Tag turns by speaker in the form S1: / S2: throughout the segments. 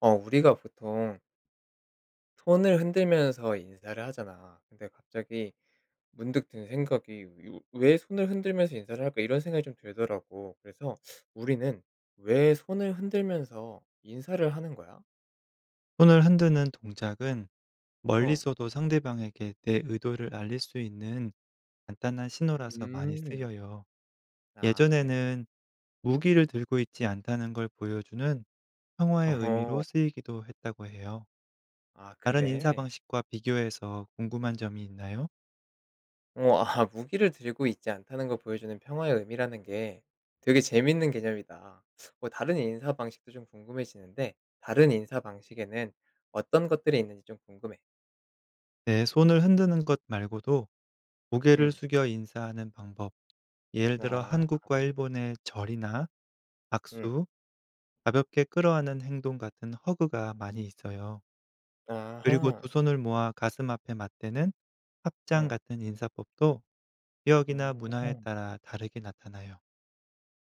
S1: 우리가 보통 손을 흔들면서 인사를 하잖아. 근데 갑자기 문득 든 생각이 '요 왜 손을 흔들면서 인사를 할까?' 이런 생각이 좀 들더라고. 그래서 우리는 왜 손을 흔들면서 인사를 하는 거야?
S2: 손을 흔드는 동작은
S1: 어.
S2: 멀리서도 상대방에게 내 의도를 알릴 수 있는 간단한 신호라서 많이
S1: 음.
S2: 쓰여요.
S1: 아 그래.
S2: 예전에는 무기를 들고 있지 않다는 걸 보여주는 평화의 의미로
S1: 어허.
S2: 쓰이기도 했다고 해요.
S1: 아
S2: 다른 인사
S1: 그래?
S2: 방식과 비교해서 궁금한 점이 있나요?
S1: 어 아 무기를 들고 있지 않다는 걸 보여주는 평화의 의미라는 게 되게 재밌는 개념이다. 뭐 다른 인사 방식도 좀 궁금해지는데 다른 인사 방식에는 어떤 것들이 있는지 좀 궁금해.
S2: 네, 손을 흔드는 것 말고도 고개를
S1: 음.
S2: 숙여 인사하는 방법, 예를 들어
S1: 아.
S2: 한국과 일본의 절이나
S1: 음.
S2: 악수, 가볍게 끌어안는 행동 같은 허그가 많이 있어요. 그리고
S1: 아하.
S2: 두 손을 모아 가슴 앞에 맞대는 합장
S1: 어.
S2: 같은 인사법도 지역이나 문화에
S1: 어.
S2: 따라 다르게 나타나요.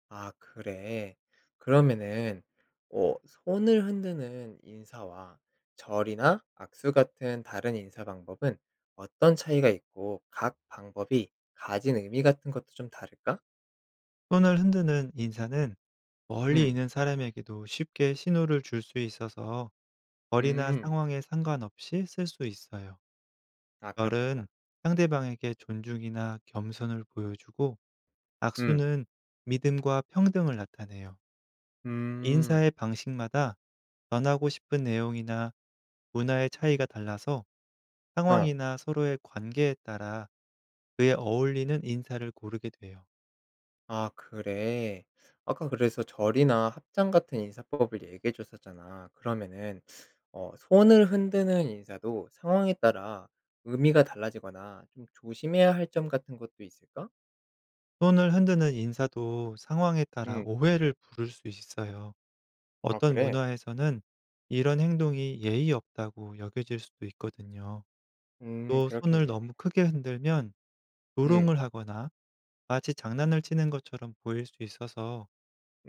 S1: 아 그래. 그러면은 손을 흔드는 인사와 절이나 악수 같은 다른 인사 방법은 어떤 차이가 있고 각 방법이 가진 의미 같은 것도 좀 다를까?
S2: 손을 흔드는 인사는 멀리
S1: 음.
S2: 있는 사람에게도 쉽게 신호를 줄 수 있어서 거리나
S1: 음.
S2: 상황에 상관없이 쓸 수 있어요.
S1: 아
S2: 열은
S1: 그렇겠다.
S2: 상대방에게 존중이나 겸손을 보여주고,
S1: 음.
S2: 악수는 믿음과 평등을 나타내요.
S1: 음.
S2: 인사의 방식마다 전하고 싶은 내용이나 문화의 차이가 달라서
S1: 어.
S2: 상황이나 서로의 관계에 따라 그에 어울리는 인사를 고르게 돼요.
S1: 아 그래. 아까 그래서 절이나 합장 같은 인사법을 얘기해 줬었잖아. 그러면은 손을 흔드는 인사도 상황에 따라 의미가 달라지거나 좀 조심해야 할 점 같은 것도 있을까?
S2: 손을 흔드는 인사도 상황에 따라
S1: 음.
S2: 오해를 부를 수 있어요.
S1: 아
S2: 어떤
S1: 그래?
S2: 문화에서는 이런 행동이 예의 없다고 여겨질 수도 있거든요. 또 손을
S1: 그렇겠네.
S2: 너무 크게 흔들면
S1: 음.
S2: 조롱을 하거나 마치 장난을 치는 것처럼 보일 수 있어서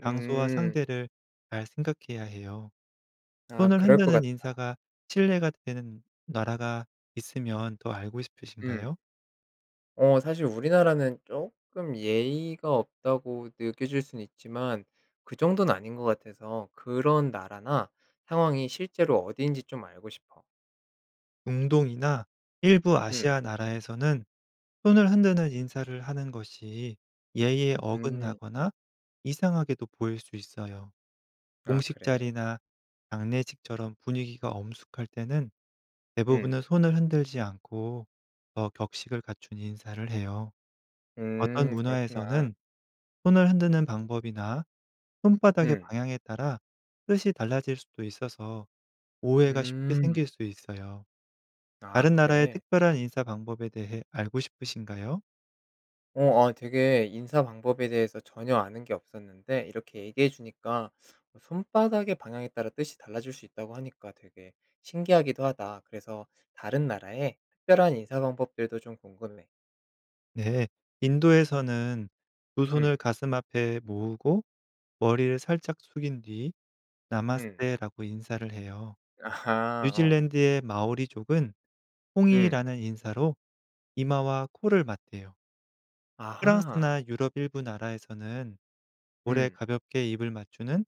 S2: 장소와 상대를 잘 생각해야 해요.
S1: 아
S2: 손을
S1: 그럴 것
S2: 흔드는
S1: 같
S2: 인사가 신뢰가 되는 나라가 있으면 더 알고
S1: 음.
S2: 싶으신가요?
S1: 사실 우리나라는 조금 예의가 없다고 느껴질 수는 있지만 그 정도는 아닌 것 같아서 그런 나라나 상황이 실제로 어디인지 좀 알고 싶어.
S2: 중동이나 일부
S1: 음.
S2: 아시아 나라에서는 손을 흔드는 인사를 하는 것이 예의에
S1: 음.
S2: 어긋나거나 이상하게도 보일 수 있어요.
S1: 아
S2: 공식
S1: 그래?
S2: 자리나 장례식처럼 분위기가 엄숙할 때는
S1: 음.
S2: 대부분은 손을 흔들지 않고 더 격식을 갖춘 인사를 해요. 어떤
S1: 그렇구나.
S2: 문화에서는 손을 흔드는 방법이나 손바닥의
S1: 음.
S2: 방향에 따라 뜻이 달라질 수도 있어서 오해가 쉽게
S1: 음.
S2: 생길 수 있어요.
S1: 아
S2: 다른 나라의
S1: 그래?
S2: 특별한 인사 방법에 대해 알고 싶으신가요?
S1: 되게 인사 방법에 대해서 전혀 아는 게 없었는데 이렇게 얘기해 주니까 손바닥의 방향에 따라 뜻이 달라질 수 있다고 하니까 되게 신기하기도 하다. 그래서 다른 나라의 특별한 인사 방법들도 좀 궁금해.
S2: 네. 인도에서는 두 손을
S1: 음.
S2: 가슴 앞에 모으고 머리를 살짝 숙인 뒤
S1: 음.
S2: 나마스테라고 인사를 해요.
S1: 아하. 어.
S2: 뉴질랜드의 마오리족은
S1: 음.
S2: 홍이라는 인사로 이마와 코를 맞대요.
S1: 아하.
S2: 프랑스나 유럽 일부 나라에서는 볼에
S1: 음.
S2: 가볍게 입을 맞추는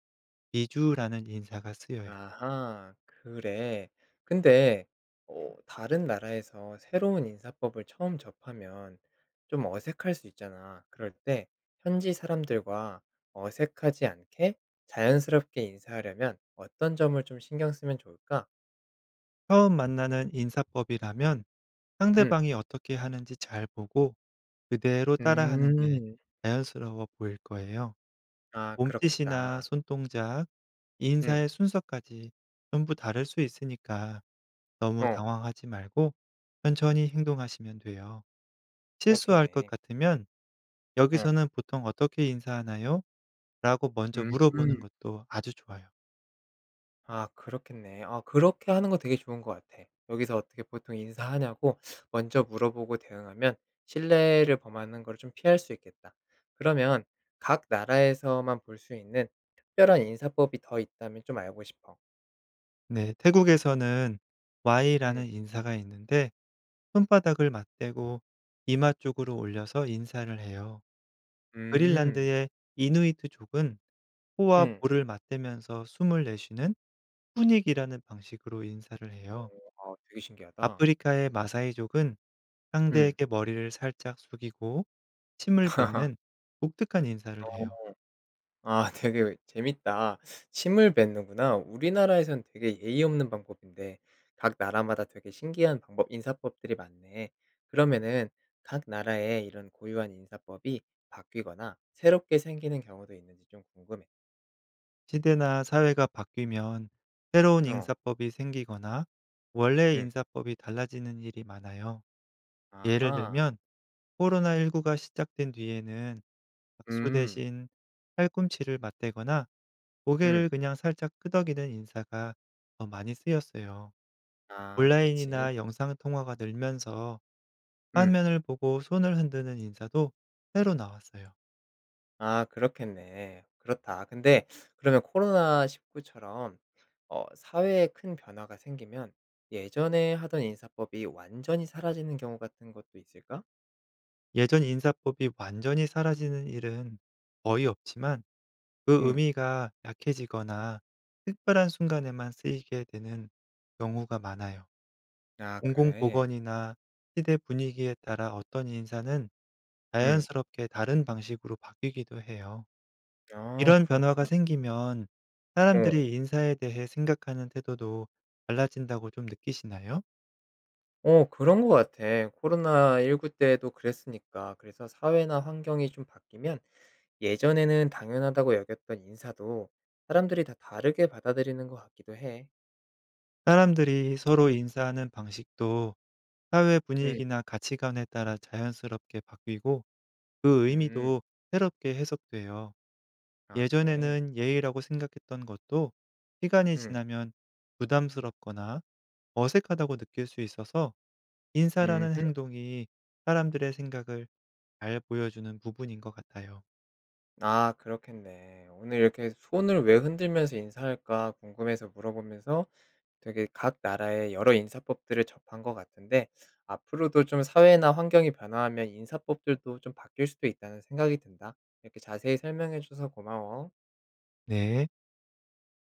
S2: 비주라는 인사가 쓰여요.
S1: 아하. 그래. 근데 다른 나라에서 새로운 인사법을 처음 접하면 좀 어색할 수 있잖아. 그럴 때 현지 사람들과 어색하지 않게 자연스럽게 인사하려면 어떤 점을 좀 신경 쓰면 좋을까?
S2: 처음 만나는 인사법이라면
S1: 음.
S2: 상대방이 어떻게 하는지 잘 보고 그대로 따라하는 게
S1: 음.
S2: 자연스러워 보일 거예요.
S1: 아
S2: 몸짓이나
S1: 그렇겠다.
S2: 손동작, 인사의
S1: 음.
S2: 순서까지 전부 다를 수 있으니까 너무
S1: 어.
S2: 당황하지 말고 천천히 행동하시면 돼요. 실수할 것
S1: 그렇겠네.
S2: 같으면
S1: 어.
S2: "여기서는 보통 어떻게 인사하나요?" 라고 먼저 물어보는
S1: 음.
S2: 것도 아주 좋아요.
S1: 아 그렇겠네. 아 그렇게 하는 거 되게 좋은 것 같아. 여기서 어떻게 보통 인사하냐고 먼저 물어보고 대응하면 신뢰를 범하는 걸 좀 피할 수 있겠다. 그러면 각 나라에서만 볼 수 있는 특별한 인사법이 더 있다면 좀 알고 싶어.
S2: 네. 태국에서는 Y라는
S1: 음.
S2: 인사가 있는데, 손바닥을 맞대고 이마 쪽으로 올려서 인사를 해요.
S1: 음.
S2: 그린란드의 이누이트족은
S1: 음.
S2: 코와
S1: 음.
S2: 볼을 맞대면서 숨을 내쉬는 푸닉이라는 방식으로 인사를 해요.
S1: 아 되게 신기하다.
S2: 아프리카의 마사이족은
S1: 음.
S2: 상대에게 머리를 살짝 숙이고 침을 뱉는 독특한 인사를 해요.
S1: 어. 아 되게 재밌다. 침을 뱉는구나. 우리나라에선 되게 예의 없는 방법인데 각 나라마다 되게 신기한 방법 인사법들이 많네. 그러면은 각 나라의 이런 고유한 인사법이 바뀌거나 새롭게 생기는 경우도 있는지 좀 궁금해.
S2: 시대나 사회가 바뀌면 새로운
S1: 어.
S2: 인사법이 생기거나 원래의
S1: 음.
S2: 인사법이 달라지는 일이 많아요. 예를
S1: 아하.
S2: 들면 코로나19가 시작된 뒤에는 박수
S1: 음.
S2: 대신 팔꿈치를 맞대거나 고개를
S1: 음.
S2: 그냥 살짝 끄덕이는 인사가 더 많이 쓰였어요.
S1: 아 그렇지.
S2: 온라인이나 영상 통화가 늘면서
S1: 음.
S2: 화면을 보고 손을 흔드는 인사도 새로 나왔어요.
S1: 아 그렇겠네. 그렇다. 근데 그러면 코로나19처럼 사회에 큰 변화가 생기면 예전에 하던 인사법이 완전히 사라지는 경우 같은 것도 있을까?
S2: 예전 인사법이 완전히 사라지는 일은 거의 없지만 그
S1: 음.
S2: 의미가 약해지거나 특별한 순간에만 쓰이게 되는 경우가 많아요.
S1: 아 그래.
S2: 공공보건이나 시대 분위기에 따라 어떤 인사는
S1: 음.
S2: 자연스럽게 다른 방식으로 바뀌기도 해요.
S1: 아
S2: 이런 변화가
S1: 그렇구나.
S2: 생기면
S1: 어.
S2: 사람들이 인사에 대해 생각하는 태도도 달라진다고 좀 느끼시나요?
S1: 어 그런 것 같아. 코로나19 때도 그랬으니까. 그래서 사회나 환경이 좀 바뀌면 예전에는 당연하다고 여겼던 인사도 사람들이 다 다르게 받아들이는 것 같기도 해.
S2: 사람들이 서로 인사하는 방식도 사회
S1: 음.
S2: 분위기나 가치관에 따라 자연스럽게 바뀌고 그
S1: 음.
S2: 의미도 새롭게 해석돼요.
S1: 아 그래.
S2: 예전에는 예의라고 생각했던 것도 시간이
S1: 음.
S2: 지나면 부담스럽거나 어색하다고 느낄 수 있어서, 인사라는
S1: 음흠.
S2: 행동이 사람들의 생각을 잘 보여주는 부분인 것 같아요.
S1: 아 그렇겠네. 오늘 이렇게 손을 왜 흔들면서 인사할까 궁금해서 물어보면서 되게 각 나라의 여러 인사법들을 접한 것 같은데 앞으로도 좀 사회나 환경이 변화하면 인사법들도 좀 바뀔 수도 있다는 생각이 든다. 이렇게 자세히 설명해 줘서 고마워.
S2: 네.